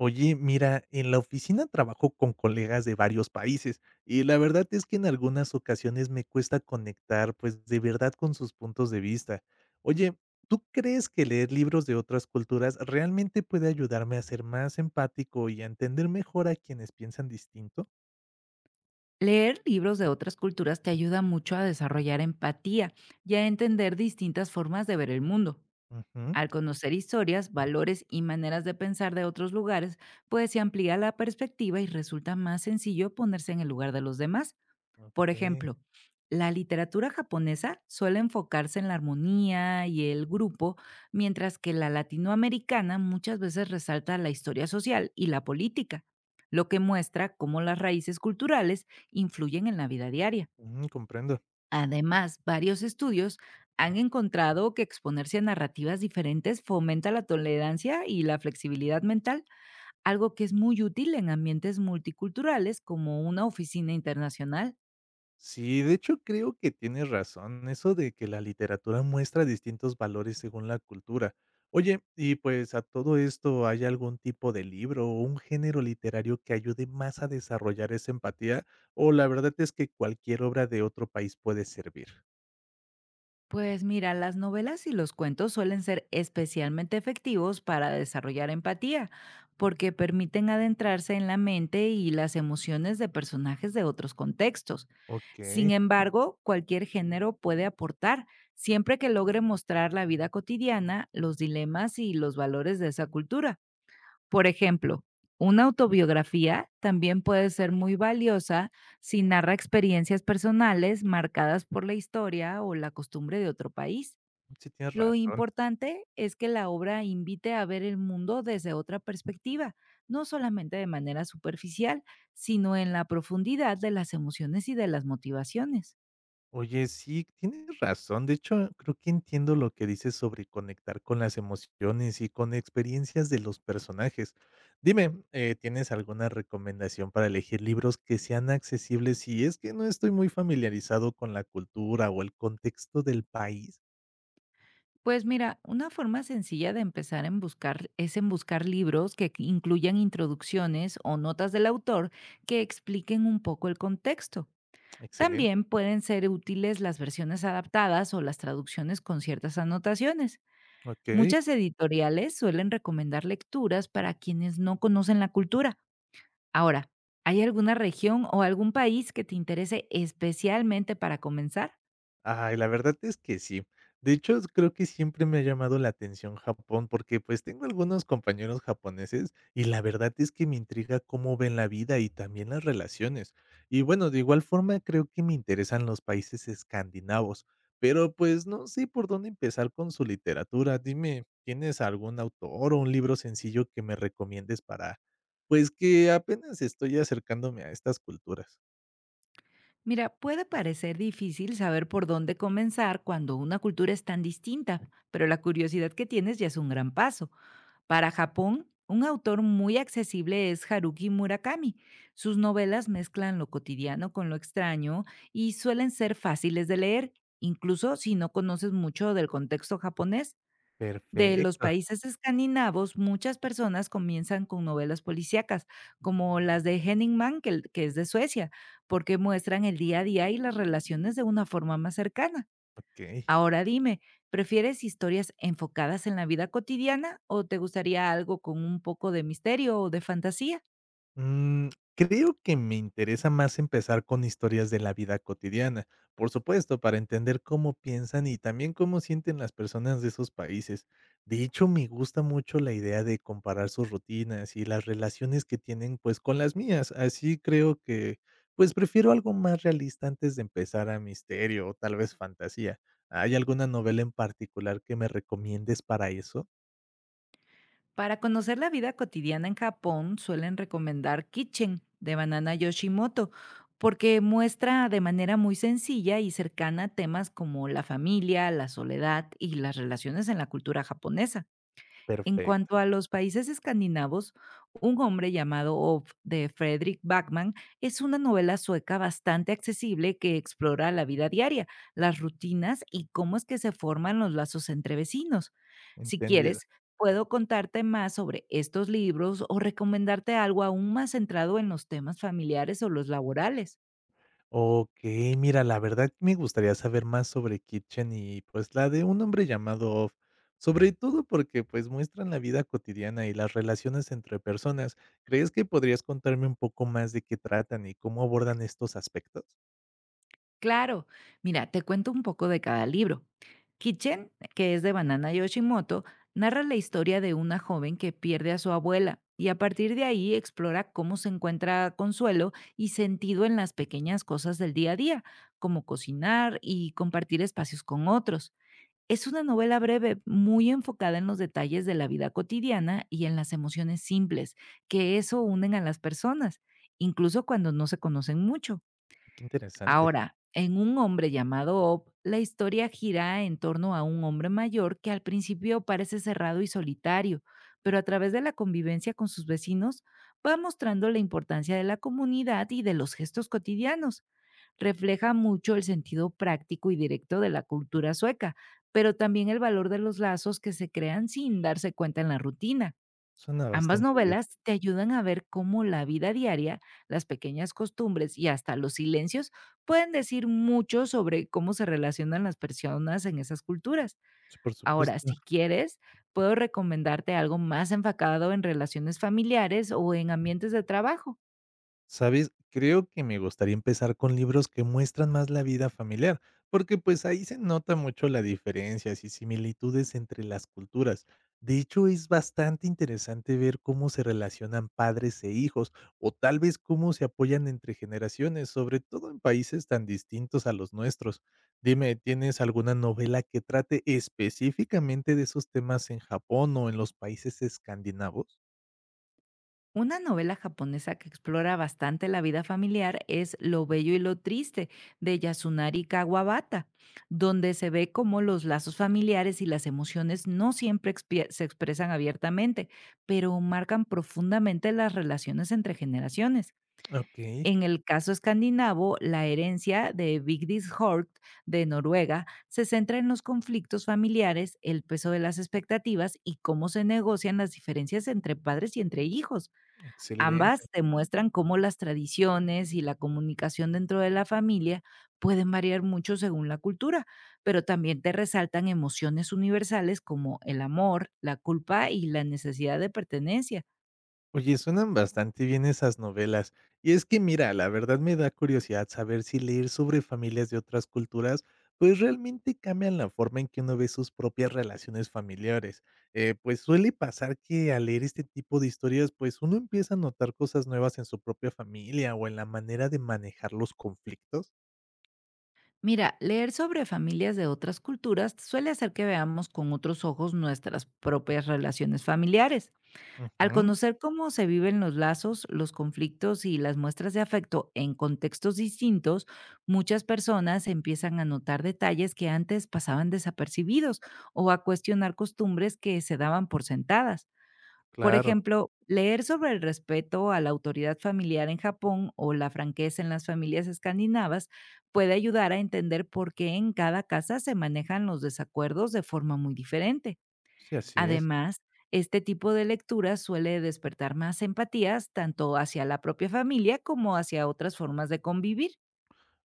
Oye, mira, en la oficina trabajo con colegas de varios países y la verdad es que en algunas ocasiones me cuesta conectar pues de verdad con sus puntos de vista. Oye, ¿tú crees que leer libros de otras culturas realmente puede ayudarme a ser más empático y a entender mejor a quienes piensan distinto? Leer libros de otras culturas te ayuda mucho a desarrollar empatía y a entender distintas formas de ver el mundo. Ujú, Al conocer historias, valores y maneras de pensar de otros lugares, pues se amplía la perspectiva y resulta más sencillo ponerse en el lugar de los demás. Por ok, ejemplo, la literatura japonesa suele enfocarse en la armonía y el grupo, mientras que la latinoamericana muchas veces resalta la historia social y la política, lo que muestra cómo las raíces culturales influyen en la vida diaria. ujú, comprendo. Además, varios estudios han encontrado que exponerse a narrativas diferentes fomenta la tolerancia y la flexibilidad mental, algo que es muy útil en ambientes multiculturales como una oficina internacional. Sí, de hecho creo que tienes razón, eso de que la literatura muestra distintos valores según la cultura. Oye, y pues a todo esto, ¿hay algún tipo de libro o un género literario que ayude más a desarrollar esa empatía? O la verdad es que cualquier obra de otro país puede servir. Pues mira, las novelas y los cuentos suelen ser especialmente efectivos para desarrollar empatía, porque permiten adentrarse en la mente y las emociones de personajes de otros contextos. Ok, Sin embargo, cualquier género puede aportar, siempre que logre mostrar la vida cotidiana, los dilemas y los valores de esa cultura. Por ejemplo, una autobiografía también puede ser muy valiosa si narra experiencias personales marcadas por la historia o la costumbre de otro país. sí tienes Lo razón. importante es que la obra invite a ver el mundo desde otra perspectiva, no solamente de manera superficial, sino en la profundidad de las emociones y de las motivaciones. Oye, sí, tienes razón. De hecho, creo que entiendo lo que dices sobre conectar con las emociones y con experiencias de los personajes. Dime, ¿tienes alguna recomendación para elegir libros que sean accesibles si es que no estoy muy familiarizado con la cultura o el contexto del país? Pues mira, una forma sencilla de empezar en buscar es en buscar libros que incluyan introducciones o notas del autor que expliquen un poco el contexto. Excelente. También pueden ser útiles las versiones adaptadas o las traducciones con ciertas anotaciones. Ok. Muchas editoriales suelen recomendar lecturas para quienes no conocen la cultura. Ahora, ¿hay alguna región o algún país que te interese especialmente para comenzar? Ay, la verdad es que sí. De hecho, creo que siempre me ha llamado la atención Japón, porque, pues, tengo algunos compañeros japoneses, y la verdad es que me intriga cómo ven la vida y también las relaciones. Y bueno, de igual forma creo que me interesan los países escandinavos, pero, pues, no sé por dónde empezar con su literatura. Dime, ¿tienes algún autor o un libro sencillo que me recomiendes para, pues, que apenas estoy acercándome a estas culturas? Mira, puede parecer difícil saber por dónde comenzar cuando una cultura es tan distinta, pero la curiosidad que tienes ya es un gran paso. Para Japón, un autor muy accesible es Haruki Murakami. Sus novelas mezclan lo cotidiano con lo extraño y suelen ser fáciles de leer, incluso si no conoces mucho del contexto japonés. De los Perfecto, países escandinavos, muchas personas comienzan con novelas policíacas, como las de Henning Mankell, que es de Suecia, porque muestran el día a día y las relaciones de una forma más cercana. okey. Ahora dime, ¿prefieres historias enfocadas en la vida cotidiana o te gustaría algo con un poco de misterio o de fantasía? Mm, Creo que me interesa más empezar con historias de la vida cotidiana, por supuesto, para entender cómo piensan y también cómo sienten las personas de esos países. De hecho, me gusta mucho la idea de comparar sus rutinas y las relaciones que tienen pues con las mías. Así creo que pues prefiero algo más realista antes de empezar a misterio o tal vez fantasía. ¿Hay alguna novela en particular que me recomiendes para eso? Para conocer la vida cotidiana en Japón, suelen recomendar Kitchen de Banana Yoshimoto, porque muestra de manera muy sencilla y cercana temas como la familia, la soledad y las relaciones en la cultura japonesa. En Perfecto, cuanto a los países escandinavos, Un hombre llamado Ov de Fredrik Backman es una novela sueca bastante accesible que explora la vida diaria, las rutinas y cómo es que se forman los lazos entre vecinos. Si entendido. quieres, puedo contarte más sobre estos libros o recomendarte algo aún más centrado en los temas familiares o los laborales. Ok, mira, la verdad me gustaría saber más sobre Kitchen y, pues, la de Un hombre llamado Oz, sobre todo porque, pues, muestran la vida cotidiana y las relaciones entre personas. ¿Crees que podrías contarme un poco más de qué tratan y cómo abordan estos aspectos? Claro, mira, te cuento un poco de cada libro. Kitchen, que es de Banana Yoshimoto, narra la historia de una joven que pierde a su abuela y a partir de ahí explora cómo se encuentra consuelo y sentido en las pequeñas cosas del día a día, como cocinar y compartir espacios con otros. Es una novela breve, muy enfocada en los detalles de la vida cotidiana y en las emociones simples, que eso unen a las personas, incluso cuando no se conocen mucho. Qué interesante, Ahora, en un hombre llamado Op, la historia gira en torno a un hombre mayor que al principio parece cerrado y solitario, pero a través de la convivencia con sus vecinos va mostrando la importancia de la comunidad y de los gestos cotidianos. Refleja mucho el sentido práctico y directo de la cultura sueca, pero también el valor de los lazos que se crean sin darse cuenta en la rutina. suena Ambas bastante bien. novelas te ayudan a ver cómo la vida diaria, las pequeñas costumbres y hasta los silencios pueden decir mucho sobre cómo se relacionan las personas en esas culturas. Sí, por Ahora, supuesto. si quieres, puedo recomendarte algo más enfocado en relaciones familiares o en ambientes de trabajo. ¿Sabes? Creo que me gustaría empezar con libros que muestran más la vida familiar, porque pues ahí se nota mucho las diferencias y similitudes entre las culturas. De hecho, es bastante interesante ver cómo se relacionan padres e hijos, o tal vez cómo se apoyan entre generaciones, sobre todo en países tan distintos a los nuestros. Dime, ¿tienes alguna novela que trate específicamente de esos temas en Japón o en los países escandinavos? Una novela japonesa que explora bastante la vida familiar es Lo Bello y lo Triste de Yasunari Kawabata, donde se ve cómo los lazos familiares y las emociones no siempre se expresan abiertamente, pero marcan profundamente las relaciones entre generaciones. Ok, En el caso escandinavo, la herencia de Vigdis Hort de Noruega se centra en los conflictos familiares, el peso de las expectativas y cómo se negocian las diferencias entre padres y entre hijos. excelente. Ambas demuestran cómo las tradiciones y la comunicación dentro de la familia pueden variar mucho según la cultura, pero también te resaltan emociones universales como el amor, la culpa y la necesidad de pertenencia. Oye, suenan bastante bien esas novelas. Y es que mira, la verdad me da curiosidad saber si leer sobre familias de otras culturas, pues realmente cambian la forma en que uno ve sus propias relaciones familiares. Pues suele pasar que al leer este tipo de historias, pues uno empieza a notar cosas nuevas en su propia familia o en la manera de manejar los conflictos. Mira, leer sobre familias de otras culturas suele hacer que veamos con otros ojos nuestras propias relaciones familiares. Al Ujú, conocer cómo se viven los lazos, los conflictos y las muestras de afecto en contextos distintos, muchas personas empiezan a notar detalles que antes pasaban desapercibidos o a cuestionar costumbres que se daban por sentadas. Por claro, ejemplo, leer sobre el respeto a la autoridad familiar en Japón o la franqueza en las familias escandinavas puede ayudar a entender por qué en cada casa se manejan los desacuerdos de forma muy diferente. sí, así es. Además, este tipo de lectura suele despertar más empatías tanto hacia la propia familia como hacia otras formas de convivir.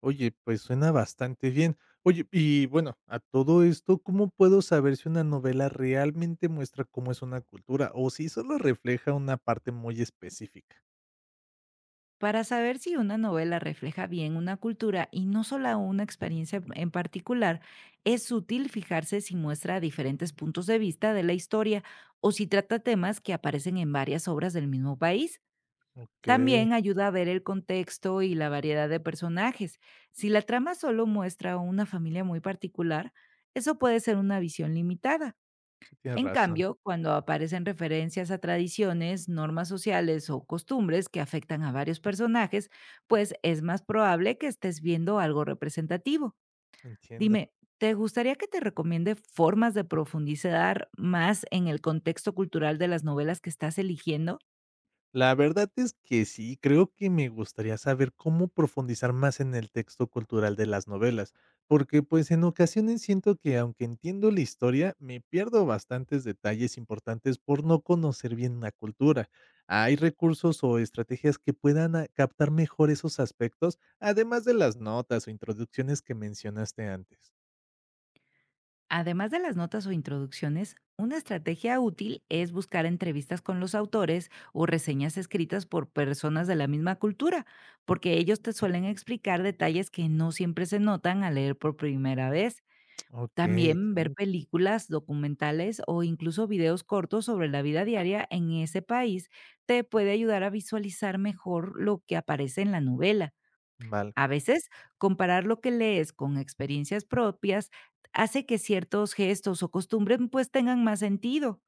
Oye, pues suena bastante bien. Oye, y bueno, a todo esto, ¿cómo puedo saber si una novela realmente muestra cómo es una cultura o si solo refleja una parte muy específica? Para saber si una novela refleja bien una cultura y no solo una experiencia en particular, es útil fijarse si muestra diferentes puntos de vista de la historia o si trata temas que aparecen en varias obras del mismo país. Okey, También ayuda a ver el contexto y la variedad de personajes. Si la trama solo muestra una familia muy particular, eso puede ser una visión limitada. sí tienes En razón, cambio, cuando aparecen referencias a tradiciones, normas sociales o costumbres que afectan a varios personajes, pues es más probable que estés viendo algo representativo. entiendo. Dime, ¿te gustaría que te recomiende formas de profundizar más en el contexto cultural de las novelas que estás eligiendo? La verdad es que sí, creo que me gustaría saber cómo profundizar más en el texto cultural de las novelas, porque pues en ocasiones siento que aunque entiendo la historia, me pierdo bastantes detalles importantes por no conocer bien la cultura. ¿Hay recursos o estrategias que puedan captar mejor esos aspectos, además de las notas o introducciones que mencionaste antes? Además de las notas o introducciones, una estrategia útil es buscar entrevistas con los autores o reseñas escritas por personas de la misma cultura, porque ellos te suelen explicar detalles que no siempre se notan al leer por primera vez. Ok, También ver excelente. películas, documentales o incluso videos cortos sobre la vida diaria en ese país te puede ayudar a visualizar mejor lo que aparece en la novela. Vale. A veces, comparar lo que lees con experiencias propias hace que ciertos gestos o costumbres pues tengan más sentido.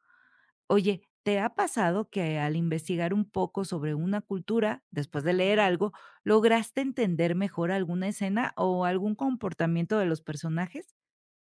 Oye, ¿te ha pasado que al investigar un poco sobre una cultura, después de leer algo, lograste entender mejor alguna escena o algún comportamiento de los personajes?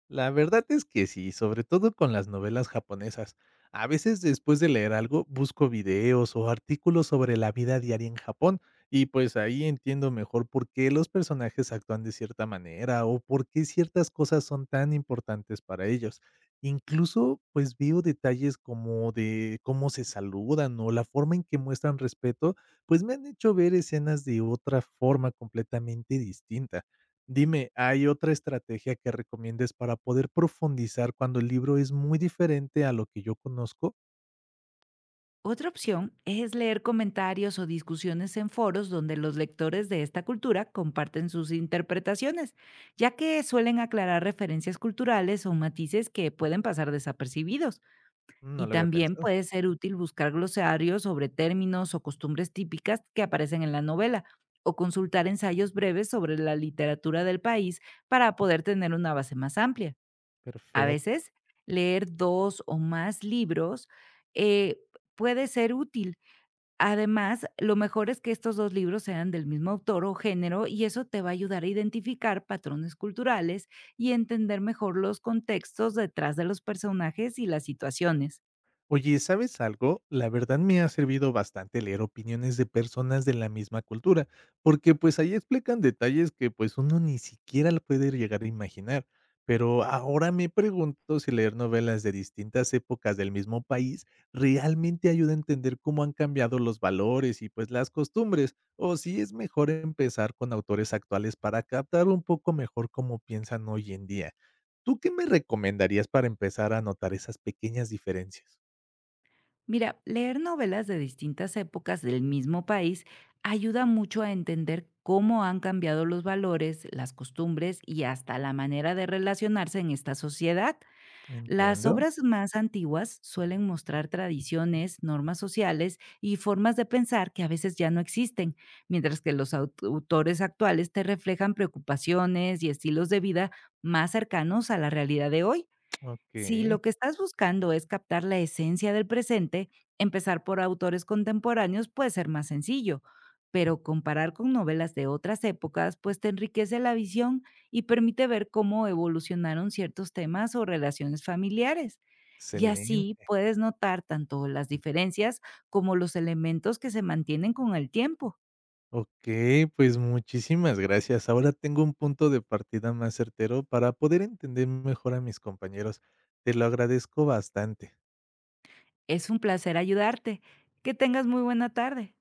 La verdad es que sí, sobre todo con las novelas japonesas. A veces después de leer algo busco videos o artículos sobre la vida diaria en Japón y pues ahí entiendo mejor por qué los personajes actúan de cierta manera o por qué ciertas cosas son tan importantes para ellos. Incluso pues veo detalles como de cómo se saludan o la forma en que muestran respeto, pues me han hecho ver escenas de otra forma completamente distinta. Dime, ¿hay otra estrategia que recomiendes para poder profundizar cuando el libro es muy diferente a lo que yo conozco? Otra opción es leer comentarios o discusiones en foros donde los lectores de esta cultura comparten sus interpretaciones, ya que suelen aclarar referencias culturales o matices que pueden pasar desapercibidos. No Y lo había también pensado. puede ser útil buscar glosarios sobre términos o costumbres típicas que aparecen en la novela, o consultar ensayos breves sobre la literatura del país para poder tener una base más amplia. A Perfecto. veces, leer dos o más libros eh, puede ser útil. Además, lo mejor es que estos 2 libros sean del mismo autor o género, y eso te va a ayudar a identificar patrones culturales y entender mejor los contextos detrás de los personajes y las situaciones. Oye, ¿sabes algo? La verdad me ha servido bastante leer opiniones de personas de la misma cultura, porque pues ahí explican detalles que pues uno ni siquiera lo puede llegar a imaginar. Pero ahora me pregunto si leer novelas de distintas épocas del mismo país realmente ayuda a entender cómo han cambiado los valores y pues las costumbres, o si es mejor empezar con autores actuales para captar un poco mejor cómo piensan hoy en día. ¿Tú qué me recomendarías para empezar a notar esas pequeñas diferencias? Mira, leer novelas de distintas épocas del mismo país ayuda mucho a entender cómo han cambiado los valores, las costumbres y hasta la manera de relacionarse en esta sociedad. Las Entiendo. obras más antiguas suelen mostrar tradiciones, normas sociales y formas de pensar que a veces ya no existen, mientras que los autores actuales te reflejan preocupaciones y estilos de vida más cercanos a la realidad de hoy. Si Okey, lo que estás buscando es captar la esencia del presente, empezar por autores contemporáneos puede ser más sencillo, pero comparar con novelas de otras épocas pues te enriquece la visión y permite ver cómo evolucionaron ciertos temas o relaciones familiares. Y así excelente. puedes notar tanto las diferencias como los elementos que se mantienen con el tiempo. Okey, pues, muchísimas gracias. Ahora tengo un punto de partida más certero para poder entender mejor a mis compañeros. Te lo agradezco bastante. Es un placer ayudarte. Que tengas muy buena tarde.